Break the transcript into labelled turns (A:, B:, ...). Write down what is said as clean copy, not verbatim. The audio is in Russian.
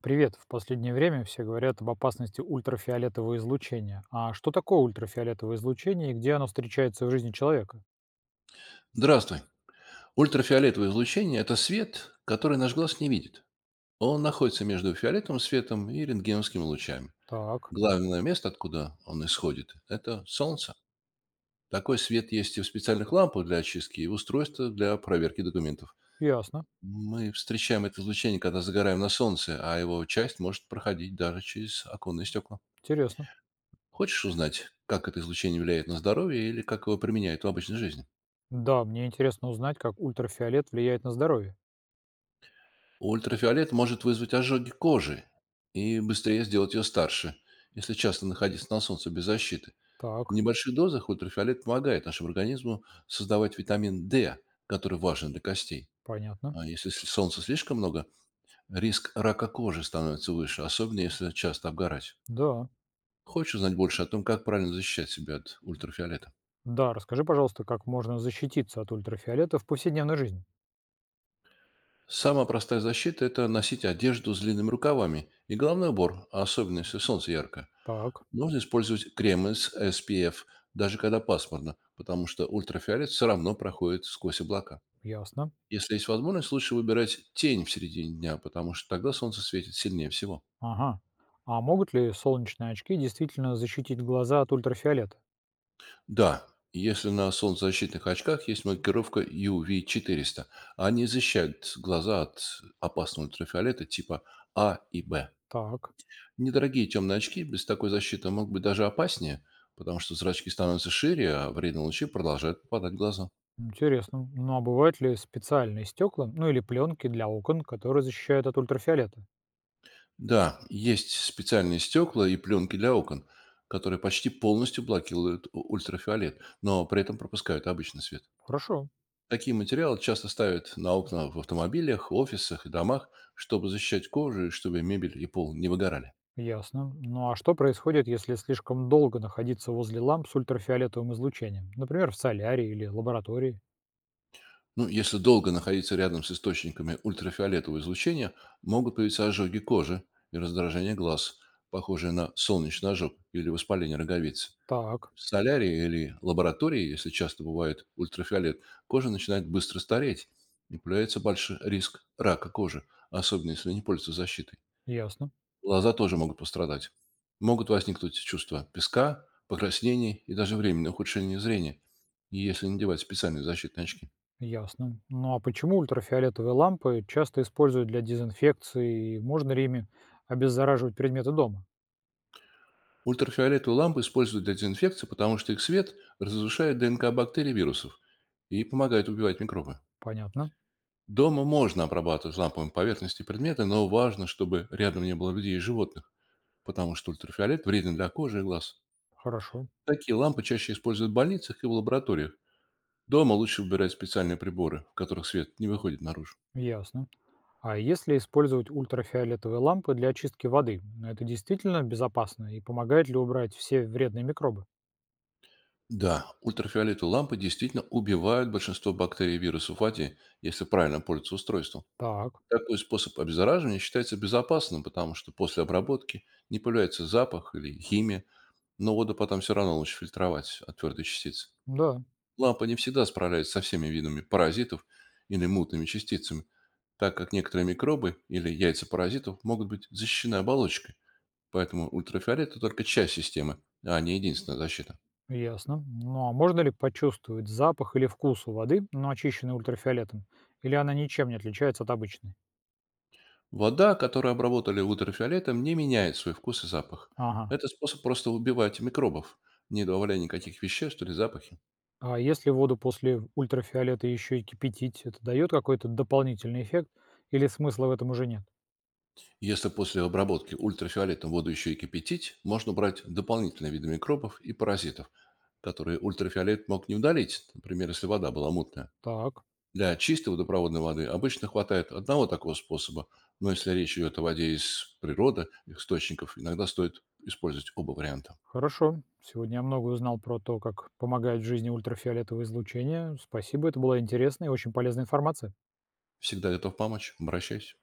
A: Привет. В последнее время все говорят об опасности ультрафиолетового излучения. А что такое ультрафиолетовое излучение и где оно встречается в жизни человека?
B: Здравствуй. Ультрафиолетовое излучение – это свет, который наш глаз не видит. Он находится между фиолетовым светом и рентгеновскими лучами.
A: Так,
B: Главное место, откуда он исходит, это солнце. Такой свет есть и в специальных лампах для очистки, и в устройствах для проверки документов.
A: ясно.
B: Мы встречаем это излучение, когда загораем на солнце, а его часть может проходить даже через оконные стекла.
A: Интересно.
B: Хочешь узнать, как это излучение влияет на здоровье или как его применяют в обычной жизни?
A: Да, мне интересно узнать, как ультрафиолет влияет на здоровье.
B: Ультрафиолет может вызвать ожоги кожи и быстрее сделать ее старше, если часто находиться на солнце без защиты. В
A: Так,
B: небольших дозах ультрафиолет помогает нашему организму создавать витамин D, который важен для костей.
A: понятно.
B: А если солнца слишком много, риск рака кожи становится выше, особенно если часто обгорать.
A: Да.
B: Хочешь узнать больше о том, как правильно защищать себя от ультрафиолета?
A: Да, расскажи, пожалуйста, как можно защититься от ультрафиолета в повседневной жизни.
B: Самая простая защита – это носить одежду с длинными рукавами и головной убор, особенно если солнце ярко.
A: Так,
B: Можно использовать крем из SPF, даже когда пасмурно, потому что ультрафиолет все равно проходит сквозь облака.
A: ясно.
B: Если есть возможность, лучше выбирать тень в середине дня, потому что тогда солнце светит сильнее всего.
A: Ага. А могут ли солнечные очки действительно защитить глаза от ультрафиолета?
B: Да, если на солнцезащитных очках есть маркировка UV400, они защищают глаза от опасного ультрафиолета типа А и Б.
A: Так.
B: Недорогие темные очки без такой защиты могут быть даже опаснее, потому что зрачки становятся шире, а вредные лучи продолжают попадать в глаза.
A: Интересно. Ну а бывают ли специальные стекла, ну или пленки для окон, которые защищают от ультрафиолета?
B: Да, есть специальные стекла и пленки для окон, которые почти полностью блокируют ультрафиолет, но при этом пропускают обычный свет.
A: Хорошо.
B: Такие материалы часто ставят на окна в автомобилях, офисах и домах, чтобы защищать кожу и чтобы мебель и пол не выгорали.
A: Ясно. Ну а что происходит, если слишком долго находиться возле ламп с ультрафиолетовым излучением? Например, в солярии или лаборатории?
B: Ну, если долго находиться рядом с источниками ультрафиолетового излучения, могут появиться ожоги кожи и раздражение глаз, похожие на солнечный ожог или воспаление роговицы.
A: Так.
B: В солярии или лаборатории, если часто бывает ультрафиолет, кожа начинает быстро стареть и появляется большой риск рака кожи, особенно если не пользоваться защитой.
A: Ясно.
B: Глаза тоже могут пострадать. Могут возникнуть чувства песка, покраснений и даже временное ухудшение зрения, если не надевать специальные защитные очки.
A: Ясно. Ну а почему ультрафиолетовые лампы часто используют для дезинфекции и можно ли ими обеззараживать предметы дома?
B: Ультрафиолетовые лампы используют для дезинфекции, потому что их свет разрушает ДНК бактерий и вирусов и помогает убивать микробы.
A: Понятно.
B: Дома можно обрабатывать ламповыми поверхности предметы, но важно, чтобы рядом не было людей и животных, потому что ультрафиолет вреден для кожи и глаз.
A: Хорошо.
B: Такие лампы чаще используют в больницах и в лабораториях. Дома лучше выбирать специальные приборы, в которых свет не выходит наружу.
A: Ясно. А если использовать ультрафиолетовые лампы для очистки воды, ну, это действительно безопасно и помогает ли убрать все вредные микробы?
B: Да, ультрафиолетовые лампы действительно убивают большинство бактерий и вирусов воде, если правильно пользоваться устройством.
A: Так,
B: Такой способ обеззараживания считается безопасным, потому что после обработки не появляется запах или химия, но воду потом все равно лучше фильтровать от твердой частицы.
A: да,
B: Лампа не всегда справляется со всеми видами паразитов или мутными частицами, так как некоторые микробы или яйца паразитов могут быть защищены оболочкой, поэтому ультрафиолет – это только часть системы, а не единственная защита.
A: ясно. Ну а можно ли почувствовать запах или вкус у воды, но очищенной ультрафиолетом? Или она ничем не отличается от обычной?
B: Вода, которую обработали ультрафиолетом, не меняет свой вкус и запах.
A: Ага.
B: Это способ просто убивать микробов, не добавляя никаких веществ или запахи.
A: А если воду после ультрафиолета еще и кипятить, это дает какой-то дополнительный эффект или смысла в этом уже нет?
B: Если после обработки ультрафиолетом воду еще и кипятить, можно брать дополнительные виды микробов и паразитов, которые ультрафиолет мог не удалить, например, если вода была мутная.
A: Так.
B: Для чистой водопроводной воды обычно хватает одного такого способа, но если речь идет о воде из природы, источников, иногда стоит использовать оба варианта.
A: Хорошо. Сегодня я много узнал про то, как помогает в жизни ультрафиолетовое излучение. Спасибо, это была интересная и очень полезная информация.
B: Всегда готов помочь, обращайся.